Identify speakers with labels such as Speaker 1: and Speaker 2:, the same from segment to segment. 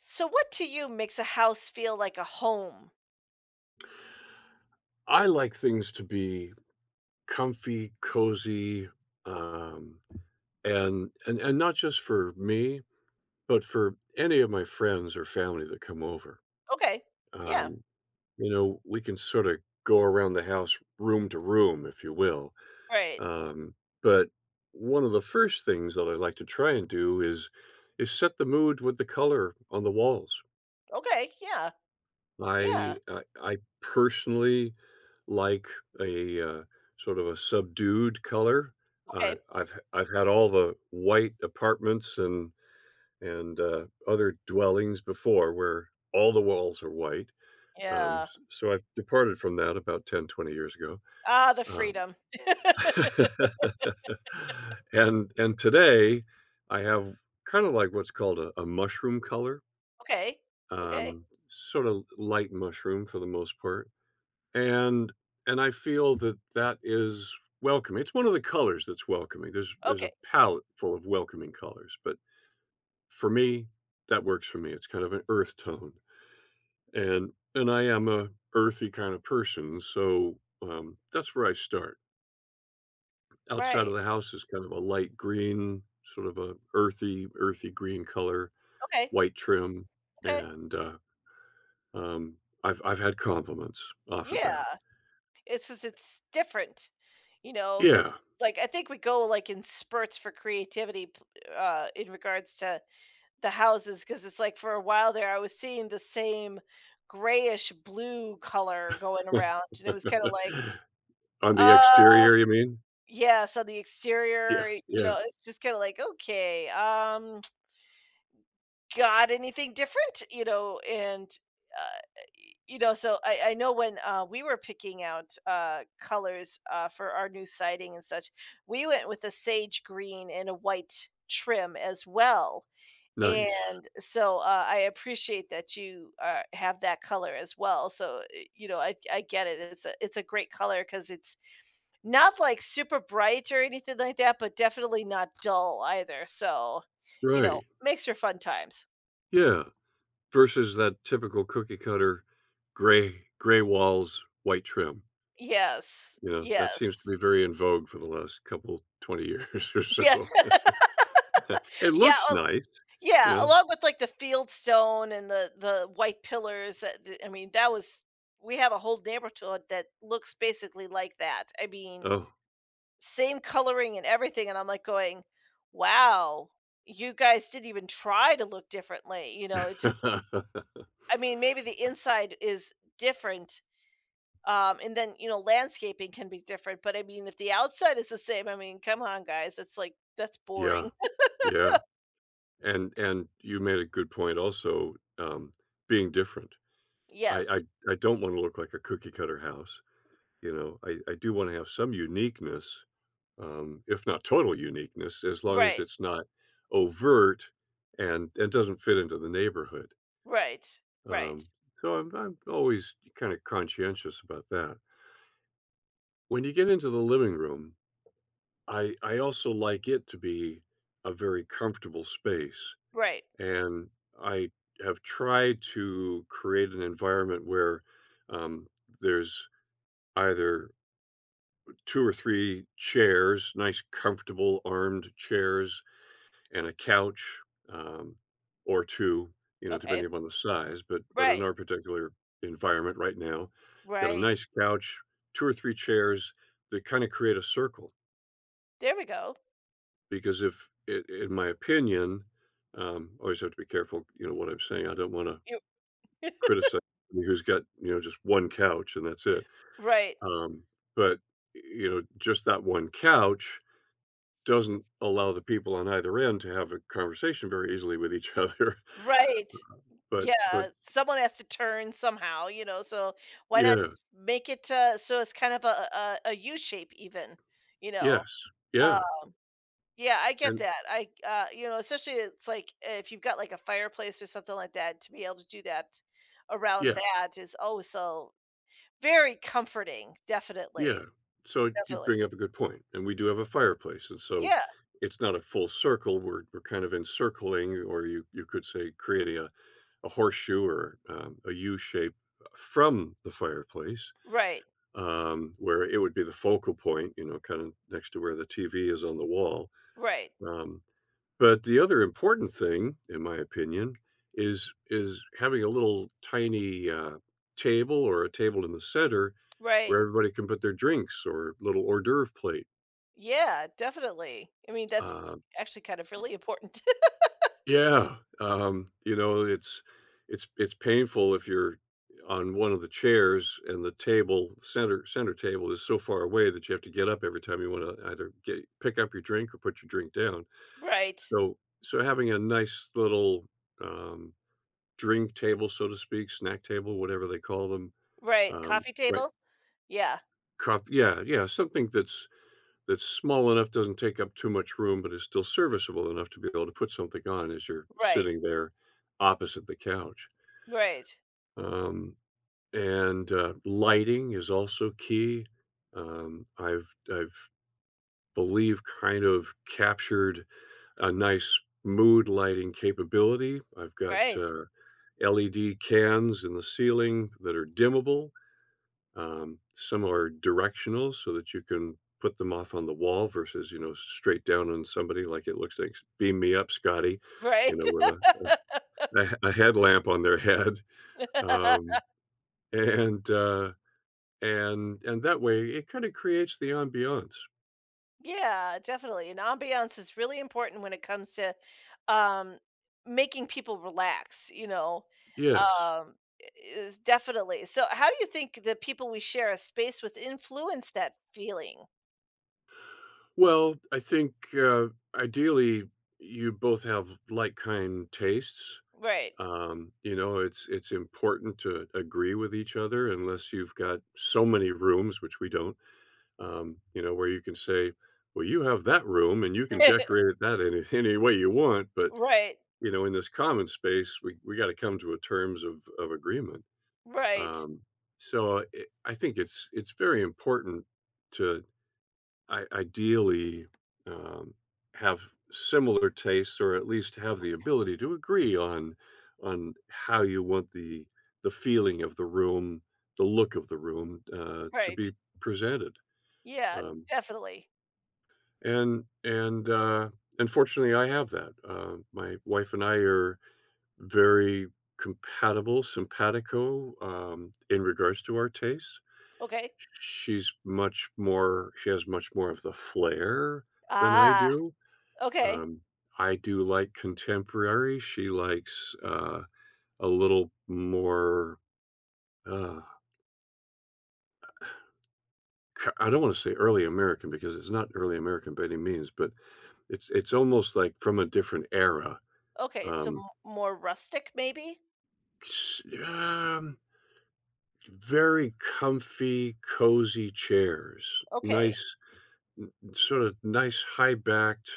Speaker 1: So what to you makes a house feel like a home?
Speaker 2: I like things to be comfy, cozy, um, and not just for me, but for any of my friends or family that come over.
Speaker 1: Okay. Yeah.
Speaker 2: Um, we can sort of go around the house room to room, if you will.
Speaker 1: Right.
Speaker 2: Um, but one of the first things that I like to try and do is set the mood with the color on the walls.
Speaker 1: Okay. Yeah.
Speaker 2: I
Speaker 1: Yeah.
Speaker 2: I I personally like a sort of a subdued color.
Speaker 1: Okay.
Speaker 2: I've had all the white apartments and other dwellings before where all the walls are white,
Speaker 1: Yeah.
Speaker 2: s so I've departed from that about 10, 20 years ago,
Speaker 1: Ah, the
Speaker 2: um,
Speaker 1: freedom.
Speaker 2: and today, I have kinda like what's called a mushroom color,
Speaker 1: Okay. Okay.
Speaker 2: sort of light mushroom for the most part. And and I feel that that is welcoming. It's one of the colors that's welcoming. There's
Speaker 1: Okay.
Speaker 2: a palette full of welcoming colors, but for me, that works for me. It's kind of an earth tone, and I am a earthy kind of person, so that's where I start. Outside of
Speaker 1: Right.
Speaker 2: the house is kind of a light green, sort of a earthy green color,
Speaker 1: Okay.
Speaker 2: white trim,
Speaker 1: Okay.
Speaker 2: and um, I've had compliments off of that.
Speaker 1: Yeah. It's just it's different,
Speaker 2: Yeah,
Speaker 1: because I think we go like in spurts for creativity in regards to the houses because it's like for a while there I was seeing the same grayish blue color going around and it was kind of like
Speaker 2: on the
Speaker 1: uh
Speaker 2: exterior, you mean?
Speaker 1: Yeah, so the
Speaker 2: Yeah,
Speaker 1: exterior,
Speaker 2: yeah,
Speaker 1: it's just kinda like, "Okay, got anything different?" Uh, so I know when, we were picking out, colors, for our new siding and such, we went with a sage green and a white trim as well,
Speaker 2: nice.
Speaker 1: and so, I appreciate that you, have that color as well, so, I get it, it's a great color because it's not, like, super bright or anything like that, but definitely not dull either, so,
Speaker 2: Right,
Speaker 1: makes for fun times.
Speaker 2: yeah, versus that typical cookie cutter gray walls, white trim.
Speaker 1: Yes,
Speaker 2: You know, that seems to
Speaker 1: yes,
Speaker 2: be very in vogue for the last couple 20 years or so.
Speaker 1: yes,
Speaker 2: It
Speaker 1: yeah,
Speaker 2: looks
Speaker 1: al
Speaker 2: nice, you
Speaker 1: yeah,
Speaker 2: know?
Speaker 1: along with, like, the field stone and the white pillars, the I mean, that was we have a whole neighborhood that looks basically like that. I mean, same coloring and everything, and I'm, like, going, "Wow, you guys didn't even try to look differently," it just
Speaker 2: Oh.
Speaker 1: I mean, maybe the inside is different. And then, you know, landscaping can be different, but I mean, if the outside is the same, I mean, come on, guys, it's like that's
Speaker 2: Yeah,
Speaker 1: boring.
Speaker 2: yeah, and you made a good point also, being different. I I
Speaker 1: Yes.
Speaker 2: I don't wanna look like a cookie cutter house, you know? I do wanna have some uniqueness if not total uniqueness, as long as
Speaker 1: Right.
Speaker 2: it's not overt and doesn't fit into the neighborhood.
Speaker 1: Right. Right.
Speaker 2: Um, so I'm always kind of conscientious about that. When you get into the living room, I also like it to be a very comfortable space,
Speaker 1: Right.
Speaker 2: and I have tried to create an environment where um, there's either two or three chairs, nice comfortable armed chairs and a couch um, or two, you know,
Speaker 1: Okay.
Speaker 2: depending upon the size. But in
Speaker 1: Right.
Speaker 2: our particular environment right now, got a
Speaker 1: Right.
Speaker 2: nice couch, two or three chairs that kind of create a circle.
Speaker 1: There we go.
Speaker 2: Because if, I in my opinion, always have to be careful, you know, what I'm saying. I don't want to
Speaker 1: You
Speaker 2: criticize somebody who's got you know just one couch and that's it.
Speaker 1: Right.
Speaker 2: Um, but you know, just that one couch doesn't allow the people on either end to have a conversation very easily with each other
Speaker 1: Right.
Speaker 2: but
Speaker 1: Yeah, someone has to turn somehow, so why not
Speaker 2: Yeah.
Speaker 1: just make it, so it's kind of a U shape even, you know?
Speaker 2: Yes.
Speaker 1: Uh,
Speaker 2: Yeah.
Speaker 1: Yeah, I get
Speaker 2: And
Speaker 1: that. Especially it's like if you've got like a fireplace or something like that, to be able to do that around
Speaker 2: yes.
Speaker 1: that is also very comforting.
Speaker 2: Yeah.
Speaker 1: Definitely,
Speaker 2: So you
Speaker 1: definitely.
Speaker 2: bring up a good point, and we do have a fireplace, and so
Speaker 1: Yeah,
Speaker 2: it's not a full circle. We're kind of encircling, or you could say creating a horseshoe or a U shape from the fireplace,
Speaker 1: right,
Speaker 2: where it would be the focal point, you know, kind of next to where the TV is on the wall.
Speaker 1: right,
Speaker 2: Um, But the other important thing, in my opinion, is having a little tiny, table or a table in the center
Speaker 1: right.
Speaker 2: where everybody can put their drinks or little hors d'oeuvre plate.
Speaker 1: Yeah, definitely. I mean, that's
Speaker 2: Uh
Speaker 1: actually kind of really important.
Speaker 2: Yeah, you know, it's painful if you're on one of the chairs and the table center table is so far away that you have to get up every time you wanna either get pick up your drink or put your drink down.
Speaker 1: right,
Speaker 2: So having a nice little, um drink table, so to speak, snack table, whatever they call them.
Speaker 1: right. Coffee
Speaker 2: Right.
Speaker 1: table. Yeah,
Speaker 2: Coff yeah, yeah, something that's small enough, doesn't take up too much room, but is still serviceable enough to be able to put something on as you're
Speaker 1: right,
Speaker 2: sitting there opposite the couch.
Speaker 1: right,
Speaker 2: Um, and, lighting is also key. I've believe kind of captured a nice mood lighting capability. I've got,
Speaker 1: right,
Speaker 2: LED cans in the ceiling that are dimmable. Some are directional so that you can put them off on the wall versus, you know, straight down on somebody like it looks like "Beam me up, Scotty," you
Speaker 1: right.
Speaker 2: know, with a headlamp on their head. Um, and, uh, and that way, it kinda creates the ambiance.
Speaker 1: Yeah, definitely. And ambiance is really important when it comes to um making people relax, you know.
Speaker 2: Yes.
Speaker 1: Um is definitely. So how do you think the people we share a space with influence that feeling?
Speaker 2: Well, I think ideally, you both have like kind tastes.
Speaker 1: Right.
Speaker 2: You know, it's important to agree with each other unless you've got so many rooms, which we don't, you know, where you can say, well, you have that room and you can decorate it that any, any way you want. But,
Speaker 1: right.
Speaker 2: you know, in this common space, we got to come to a terms of agreement.
Speaker 1: Right.
Speaker 2: Um, I think it's very important to I ideally, um, have similar tastes or at least have the ability to agree on how you want the feeling of the room, the look of the room, to
Speaker 1: Right.
Speaker 2: be presented,
Speaker 1: Yeah,
Speaker 2: um,
Speaker 1: definitely.
Speaker 2: and and, uh, and I have that. My wife and I are very compatible, simpatico, in regards to our tastes.
Speaker 1: Okay.
Speaker 2: She has much more of the flair than I
Speaker 1: Ah,
Speaker 2: do.
Speaker 1: okay.
Speaker 2: Um, I do like contemporary. She likes, a little more, uh, k I don't wanna say early American because it's not early American by any means, but it's almost like from a different era.
Speaker 1: Okay, so
Speaker 2: Um,
Speaker 1: more rustic maybe?
Speaker 2: s very comfy, cozy chairs,
Speaker 1: Okay.
Speaker 2: nice, n sort of nice high-backed,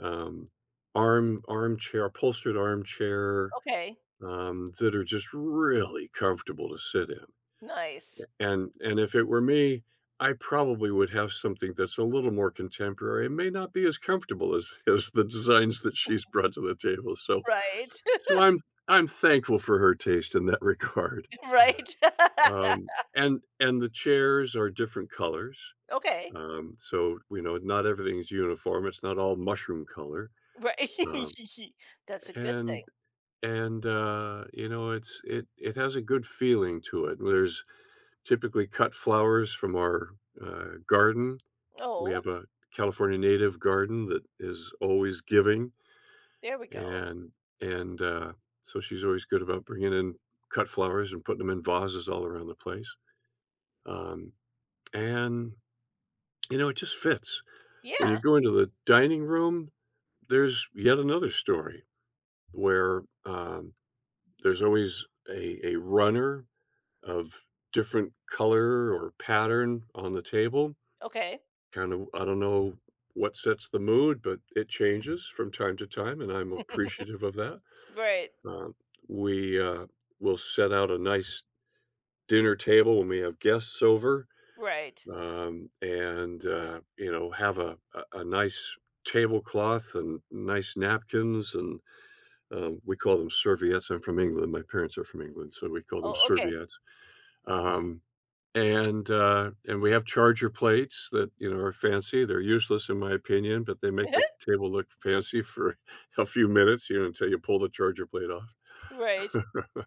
Speaker 2: um, armchair upholstered armchair,
Speaker 1: Okay.
Speaker 2: that are just really comfortable to sit in.
Speaker 1: Nice.
Speaker 2: And if it were me, I probably would have something that's a little more contemporary. It may not be as comfortable as as the designs that she's brought to the table. So
Speaker 1: Right.
Speaker 2: so I'm thankful for her taste in that regard.
Speaker 1: right.
Speaker 2: And the chairs are different colors.
Speaker 1: okay.
Speaker 2: So you know, not everything's uniform. It's not all mushroom color.
Speaker 1: Right.
Speaker 2: Um,
Speaker 1: That's a good thing.
Speaker 2: and and you know, it's it it has a good feeling to it. There's typically cut flowers from our garden. We
Speaker 1: Oh,
Speaker 2: have a California native garden that is always giving,
Speaker 1: there we go.
Speaker 2: and and so she's always good about bringing in cut flowers and putting them in vases all around the place, um, and, you know, it just fits. When you
Speaker 1: Yeah.
Speaker 2: go into the dining room, there's yet another story where, there's always a runner of different color or pattern on the table.
Speaker 1: Okay.
Speaker 2: Kind of I don't know what sets the mood, but it changes from time to time, and I'm appreciative of that.
Speaker 1: Right.
Speaker 2: Um, we will set out a nice dinner table when we have guests over,
Speaker 1: Right.
Speaker 2: and you know, have a nice tablecloth and nice napkins and, we call them serviettes. I'm from England, my parents are from England, so we call them
Speaker 1: Oh, okay.
Speaker 2: serviettes. Um and we have charger plates that, you know, are fancy. They're useless in my opinion, but they make the table look fancy for a few minutes, you know, until you pull the charger plate
Speaker 1: Right.
Speaker 2: off.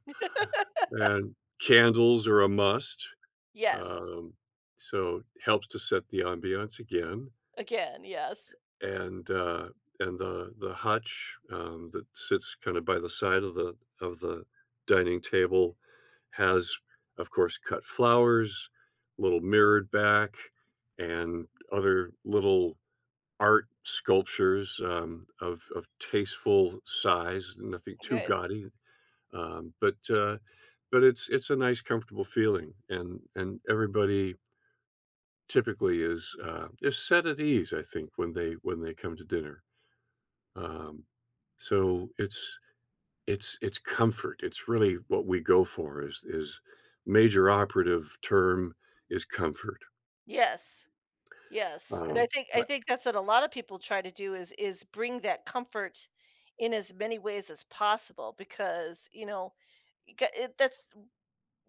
Speaker 2: And candles are a must,
Speaker 1: Yes.
Speaker 2: um, so helps to set the ambiance again
Speaker 1: Again, yes.
Speaker 2: and uh, and the hutch that sits kind of by the side of the dining table has, of course, cut flowers, little mirrored back, and other little art sculptures of tasteful size. Nothing too
Speaker 1: Okay.
Speaker 2: gaudy, um, but uh, but it's a nice, comfortable feeling, and everybody typically is set at ease. I think when they come to dinner. Um, so it's comfort. It's really what we go for is major operative term is comfort.
Speaker 1: Yes. Yes. And
Speaker 2: Um,
Speaker 1: I
Speaker 2: but
Speaker 1: think that's what a lot of people try to do is bring that comfort in as many ways as possible because, you got- it- that's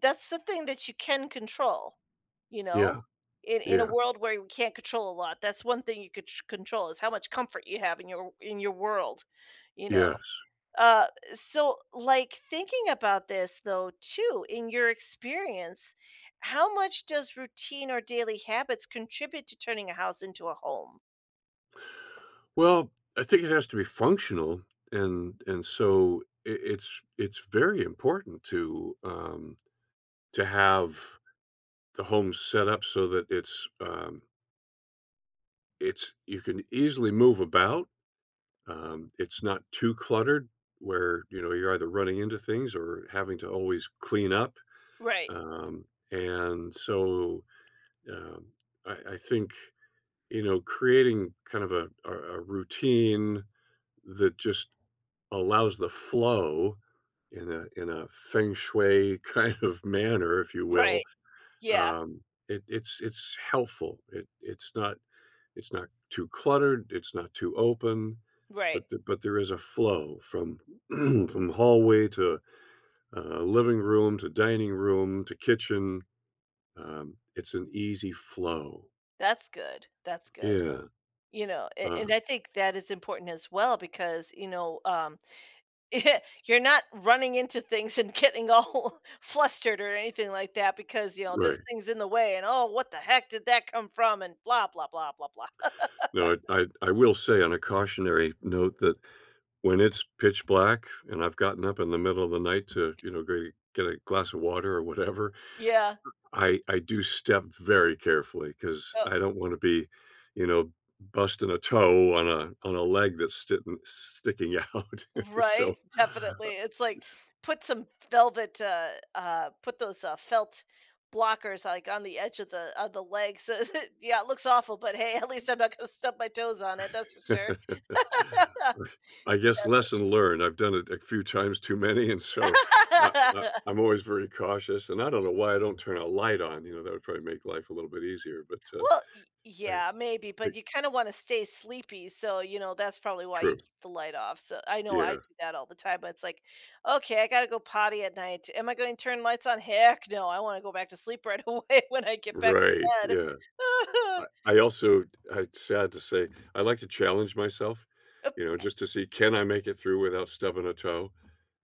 Speaker 1: That's the thing that you can control, you
Speaker 2: yeah,
Speaker 1: know? In a
Speaker 2: yeah,
Speaker 1: world where we can't control a lot, that's one thing you could ch control is how much comfort you have in your world, you know?
Speaker 2: yes.
Speaker 1: Uh, so, like, thinking about this though too, in your experience, how much does routine or daily habits contribute to turning a house into a home?
Speaker 2: Well, I think it has to be functional, and so it, it's very important to have the home set up so that it's you can easily move about. It's not too cluttered where, you know, you're either running into things or having to always clean up.
Speaker 1: Right.
Speaker 2: Um, and so um, I think, you know, creating kind of a routine that just allows the flow in a feng shui kind of manner, if you
Speaker 1: Right.
Speaker 2: will.
Speaker 1: Yeah.
Speaker 2: Um, it's helpful. It's not too cluttered, it's not too open,
Speaker 1: Right.
Speaker 2: but the but there is a flow from from hallway to, living room to dining room to kitchen, it's an easy flow.
Speaker 1: That's good. That's good.
Speaker 2: Yeah,
Speaker 1: You know, a
Speaker 2: uh,
Speaker 1: and I think that is important as well because, You're not running into things and getting all flustered or anything like that because,
Speaker 2: right.
Speaker 1: this thing's in the way and, "Oh, what the heck did that come from?" and blah, blah, blah, blah, blah.
Speaker 2: No, I will say on a cautionary note that when it's pitch black and I've gotten up in the middle of the night to, you know, go get a glass of water or whatever,
Speaker 1: Yeah.
Speaker 2: I do step very carefully because
Speaker 1: Oh,
Speaker 2: I don't wanna be, you know, busting a toe on a leg that's sitting sticking out,
Speaker 1: right,
Speaker 2: so
Speaker 1: definitely. It's like put some velvet, put those, felt blockers, like, on the edge of the legs. so yeah, it looks awful, but hey, at least I'm not gonna stub my toes on it, that's for
Speaker 2: uh,
Speaker 1: sure.
Speaker 2: I guess
Speaker 1: Definitely.
Speaker 2: lesson learned, I've done it a few times too many, and so I I I'm always very cautious, and I don't know why I don't turn a light on, you know, that would probably make life a little bit easier, but,
Speaker 1: Well, y
Speaker 2: I
Speaker 1: yeah, maybe,
Speaker 2: I
Speaker 1: but you kinda wanna stay sleepy, so, that's probably why you
Speaker 2: True.
Speaker 1: keep the light off, so I know I
Speaker 2: Yeah.
Speaker 1: do that all the time, but it's like, "Okay, I gotta go potty at night. Am I going to turn lights on? Heck no, I wanna go back to sleep right away when I get back
Speaker 2: Right,
Speaker 1: to bed."
Speaker 2: yeah. I also I it's sad to say, I like to challenge myself,
Speaker 1: Up
Speaker 2: you know, just to see, can I make it through without stubbing a toe?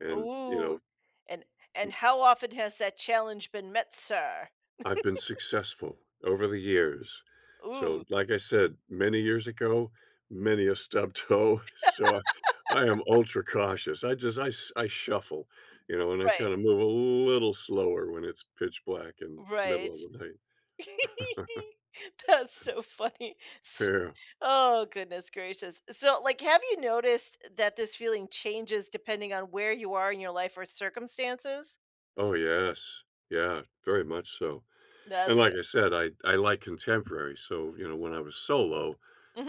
Speaker 2: And, you
Speaker 1: "Ooh,
Speaker 2: know,
Speaker 1: and and
Speaker 2: m
Speaker 1: how often has that challenge been met, sir?"
Speaker 2: I've been successful over the years. So,
Speaker 1: Ooh,
Speaker 2: like I said, many years ago, many a stub toe, so I am ultra cautious. I shuffle, you know, and I
Speaker 1: right,
Speaker 2: kinda move a little slower when it's pitch black and middle
Speaker 1: right.
Speaker 2: of the night.
Speaker 1: That's so funny. S
Speaker 2: Yeah.
Speaker 1: Oh, goodness gracious. So, like, have you noticed that this feeling changes depending on where you are in your life or circumstances?
Speaker 2: Oh, yes. Yeah, very much so. And
Speaker 1: That's
Speaker 2: like
Speaker 1: good.
Speaker 2: I said, I like contemporary, so, you know, when I was solo,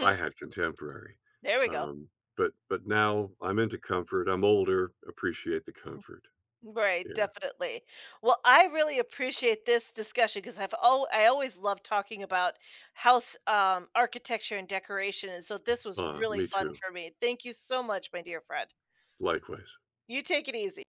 Speaker 2: I had contemporary.
Speaker 1: There we go.
Speaker 2: Um, but but now I'm into comfort, I'm older, appreciate the comfort.
Speaker 1: Right,
Speaker 2: Yeah.
Speaker 1: definitely. Well, I really appreciate this discussion because I always love talking about house, architecture and decoration, and so this was really
Speaker 2: Me
Speaker 1: fun
Speaker 2: too.
Speaker 1: for me. Thank you so much, my dear friend.
Speaker 2: Likewise.
Speaker 1: You take it easy.